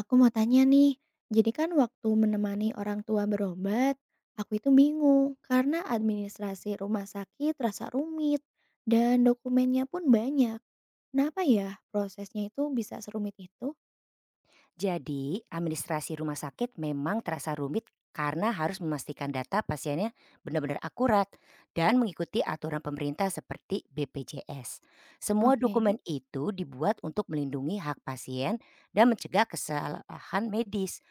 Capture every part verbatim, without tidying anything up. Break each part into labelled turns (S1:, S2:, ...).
S1: Aku mau tanya nih, jadi kan waktu menemani orang tua berobat, aku itu bingung karena administrasi rumah sakit terasa rumit dan dokumennya pun banyak. Kenapa ya prosesnya itu bisa serumit itu?
S2: Jadi, administrasi rumah sakit memang terasa rumit karena harus memastikan data pasiennya benar-benar akurat dan mengikuti aturan pemerintah seperti B P J S. Semua
S1: Oke.
S2: dokumen itu dibuat untuk melindungi hak pasien dan mencegah kesalahan medis.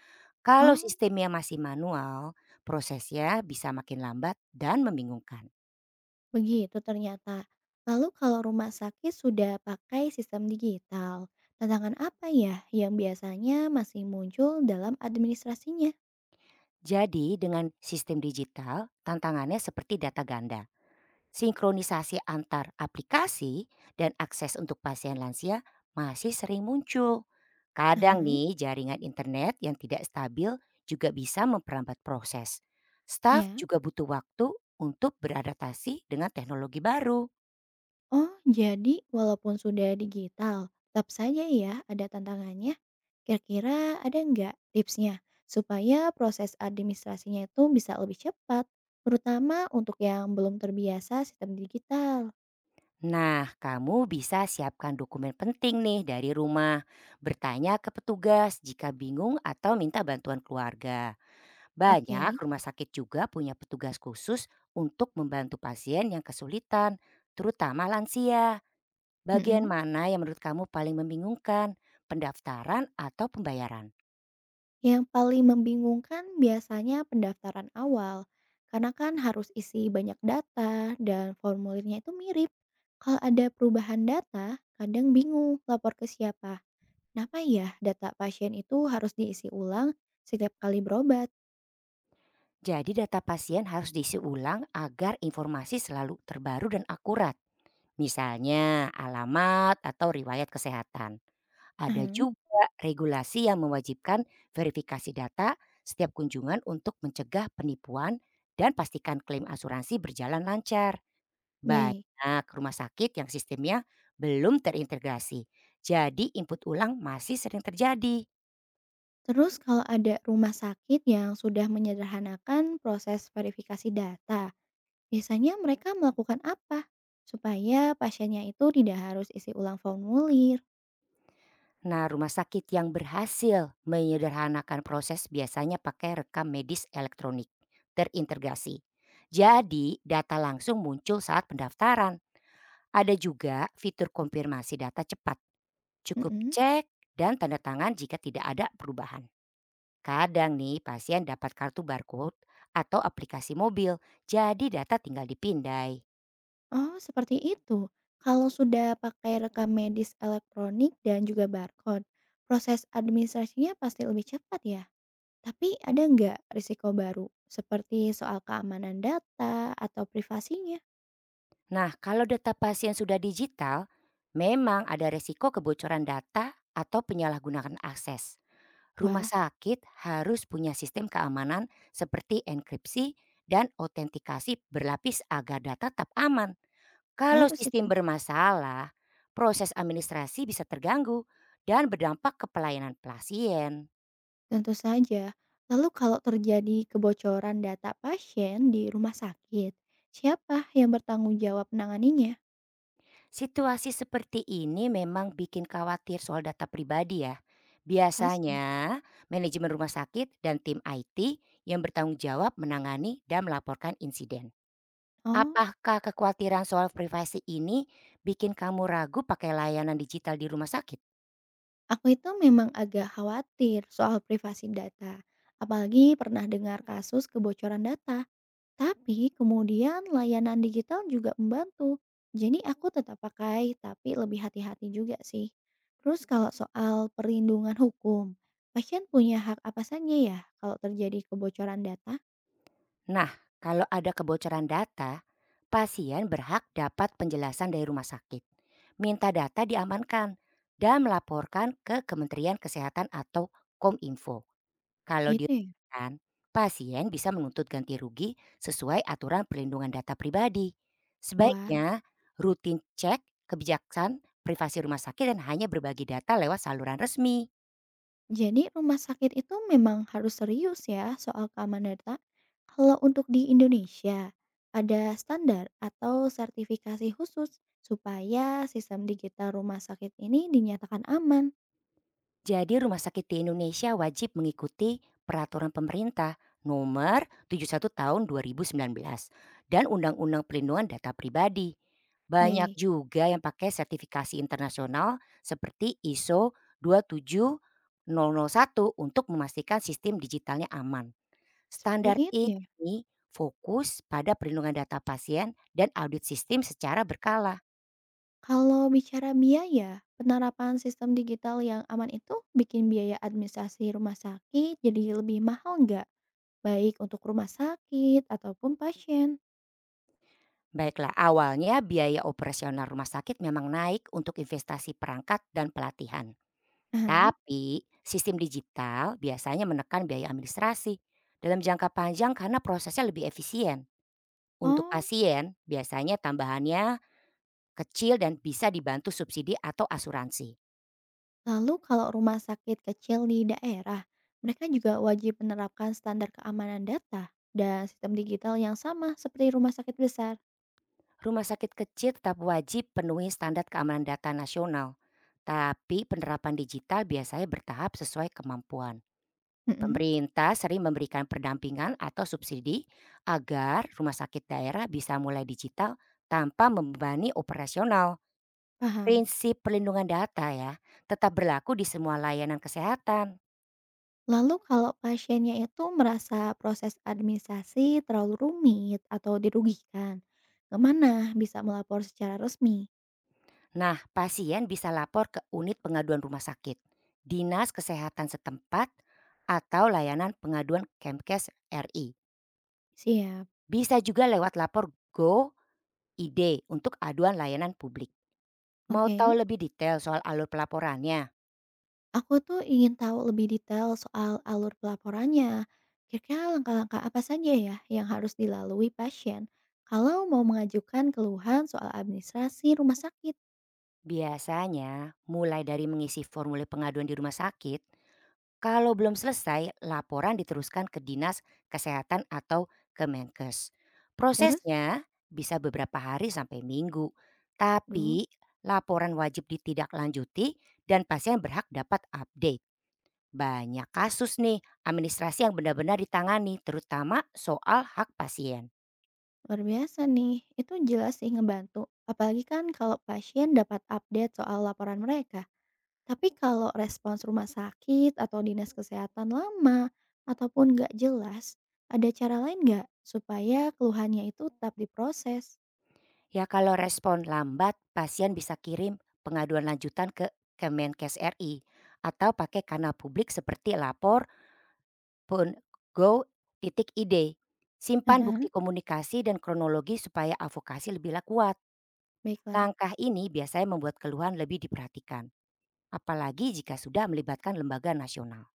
S2: Kalau
S1: Oh,
S2: sistemnya masih manual, prosesnya bisa makin lambat dan membingungkan.
S1: begitu ternyata. Lalu kalau rumah sakit sudah pakai sistem digital, tantangan apa ya yang biasanya masih muncul dalam administrasinya?
S2: Jadi, dengan sistem digital, tantangannya seperti data ganda, sinkronisasi antar aplikasi, dan akses untuk pasien lansia masih sering muncul. Kadang
S1: Aha,
S2: nih jaringan internet yang tidak stabil juga bisa memperlambat proses. Staff
S1: ya.
S2: juga butuh waktu untuk beradaptasi dengan teknologi baru.
S1: Oh, jadi walaupun sudah digital, tetap saja ya ada tantangannya. Kira-kira ada nggak tipsnya supaya proses administrasinya itu bisa lebih cepat, terutama untuk yang belum terbiasa sistem digital?
S2: Nah, kamu bisa siapkan dokumen penting nih dari rumah. Bertanya ke petugas jika bingung atau minta bantuan keluarga. Banyak
S1: Oke,
S2: rumah sakit juga punya petugas khusus untuk membantu pasien yang kesulitan, terutama lansia. Bagian
S1: mm-mm.
S2: mana yang menurut kamu paling membingungkan? Pendaftaran atau pembayaran?
S1: Yang paling membingungkan biasanya pendaftaran awal, karena kan harus isi banyak data dan formulirnya itu mirip. Kalau ada perubahan data, kadang bingung lapor ke siapa. Kenapa ya data pasien itu harus diisi ulang setiap kali berobat?
S2: Jadi data pasien harus diisi ulang agar informasi selalu terbaru dan akurat. Misalnya alamat atau riwayat kesehatan. Ada
S1: Mhm.
S2: juga regulasi yang mewajibkan verifikasi data setiap kunjungan untuk mencegah penipuan dan pastikan klaim asuransi berjalan lancar.
S1: Baik.
S2: Banyak rumah sakit yang sistemnya belum terintegrasi, jadi input ulang masih sering terjadi.
S1: Terus kalau ada rumah sakit yang sudah menyederhanakan proses verifikasi data, biasanya mereka melakukan apa supaya pasiennya itu tidak harus isi ulang formulir?
S2: Nah, rumah sakit yang berhasil menyederhanakan proses biasanya pakai rekam medis elektronik terintegrasi. Jadi, data langsung muncul saat pendaftaran. Ada juga fitur konfirmasi data cepat. Cukup
S1: Mhm.
S2: cek dan tanda tangan jika tidak ada perubahan. Kadang nih, pasien dapat kartu barcode atau aplikasi mobil, jadi data tinggal dipindai.
S1: Oh, seperti itu. Kalau sudah pakai rekam medis elektronik dan juga barcode, proses administrasinya pasti lebih cepat ya? Tapi ada nggak risiko baru, seperti soal keamanan data atau privasinya?
S2: Nah, kalau data pasien sudah digital, memang ada resiko kebocoran data atau penyalahgunaan akses. Rumah
S1: Wah,
S2: sakit harus punya sistem keamanan seperti enkripsi dan autentikasi berlapis agar data tetap aman. Kalau
S1: harus
S2: sistem
S1: itu.
S2: bermasalah, proses administrasi bisa terganggu dan berdampak ke pelayanan pasien.
S1: Tentu saja. Lalu kalau terjadi kebocoran data pasien di rumah sakit, siapa yang bertanggung jawab menanganinya?
S2: Situasi seperti ini memang bikin khawatir soal data pribadi ya.
S1: Pas.
S2: Biasanya, manajemen rumah sakit dan tim I T yang bertanggung jawab menangani dan melaporkan insiden.
S1: Oh,
S2: Apakah kekhawatiran soal privasi ini bikin kamu ragu pakai layanan digital di rumah sakit?
S1: aku itu memang agak khawatir soal privasi data. Apalagi pernah dengar kasus kebocoran data. Tapi kemudian layanan digital juga membantu. Jadi aku tetap pakai tapi lebih hati-hati juga sih. Terus kalau soal perlindungan hukum, pasien punya hak apa saja ya kalau terjadi kebocoran data?
S2: Nah, kalau ada kebocoran data, pasien berhak dapat penjelasan dari rumah sakit. Minta data diamankan dan melaporkan ke Kementerian Kesehatan atau Kominfo. Kalau
S1: Gitu ya.
S2: dirugikan, pasien bisa menuntut ganti rugi sesuai aturan perlindungan data pribadi.
S1: Wah,
S2: Sebaiknya rutin cek kebijaksanaan privasi rumah sakit dan hanya berbagi data lewat saluran resmi.
S1: jadi rumah sakit itu memang harus serius ya soal keamanan data. Kalau untuk di Indonesia, ada standar atau sertifikasi khusus supaya sistem digital rumah sakit ini dinyatakan aman.
S2: Jadi rumah sakit di Indonesia wajib mengikuti peraturan pemerintah nomor tujuh puluh satu tahun dua ribu sembilan belas dan Undang-Undang Perlindungan Data Pribadi. Banyak
S1: Baik.
S2: juga yang pakai sertifikasi internasional seperti iso dua tujuh nol nol satu untuk memastikan sistem digitalnya aman.
S1: Seperti
S2: Standar
S1: itu ya?
S2: ini fokus pada perlindungan data pasien dan audit sistem secara berkala.
S1: Kalau bicara biaya, penerapan sistem digital yang aman itu bikin biaya administrasi rumah sakit jadi lebih mahal nggak? Baik untuk rumah sakit ataupun pasien.
S2: Baiklah, awalnya biaya operasional rumah sakit memang naik untuk investasi perangkat dan pelatihan.
S1: Aha.
S2: Tapi sistem digital biasanya menekan biaya administrasi dalam jangka panjang karena prosesnya lebih efisien. Untuk
S1: Oh,
S2: pasien, biasanya tambahannya kecil dan bisa dibantu subsidi atau asuransi.
S1: lalu kalau rumah sakit kecil di daerah, mereka juga wajib menerapkan standar keamanan data dan sistem digital yang sama seperti rumah sakit besar.
S2: Rumah sakit kecil tetap wajib penuhi standar keamanan data nasional, tapi penerapan digital biasanya bertahap sesuai kemampuan.
S1: Mhm,
S2: Pemerintah sering memberikan pendampingan atau subsidi agar rumah sakit daerah bisa mulai digital tanpa membebani operasional.
S1: paham.
S2: Prinsip perlindungan data ya, tetap berlaku di semua layanan kesehatan.
S1: Lalu kalau pasiennya itu merasa proses administrasi terlalu rumit atau dirugikan, kemana bisa melapor secara resmi?
S2: Nah, pasien bisa lapor ke unit pengaduan rumah sakit, dinas kesehatan setempat, atau layanan pengaduan Kemkes R I.
S1: Siap.
S2: Bisa juga lewat lapor go i d untuk aduan layanan publik. Mau tahu
S1: Oke,
S2: lebih detail soal alur pelaporannya?
S1: aku tuh ingin tahu lebih detail soal alur pelaporannya. Kira-kira langkah-langkah apa saja ya yang harus dilalui pasien kalau mau mengajukan keluhan soal administrasi rumah sakit?
S2: Biasanya, mulai dari mengisi formulir pengaduan di rumah sakit, kalau belum selesai, laporan diteruskan ke Dinas Kesehatan atau Kemenkes.
S1: Terus?
S2: Prosesnya bisa beberapa hari sampai minggu,
S1: Duh.
S2: tapi laporan wajib ditindaklanjuti dan pasien berhak dapat update. Banyak kasus nih, administrasi yang benar-benar ditangani, terutama soal hak pasien.
S1: Luar biasa nih, itu jelas sih ngebantu. Apalagi kan kalau pasien dapat update soal laporan mereka. Tapi kalau respons rumah sakit atau dinas kesehatan lama ataupun nggak jelas, ada cara lain nggak supaya keluhannya itu tetap diproses?
S2: Ya kalau respon lambat, pasien bisa kirim pengaduan lanjutan ke Kemenkes R I atau pakai kanal publik seperti lapor pun go titik id. Simpan
S1: Aha.
S2: bukti komunikasi dan kronologi supaya advokasi lebih kuat.
S1: Baiklah.
S2: Langkah ini biasanya membuat keluhan lebih diperhatikan, apalagi jika sudah melibatkan lembaga nasional.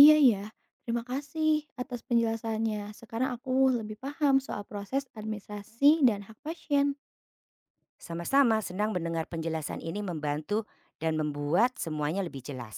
S1: Iya ya, terima kasih atas penjelasannya. Sekarang aku lebih paham soal proses administrasi dan hak pasien.
S2: Sama-sama senang mendengar penjelasan ini membantu dan membuat semuanya lebih jelas.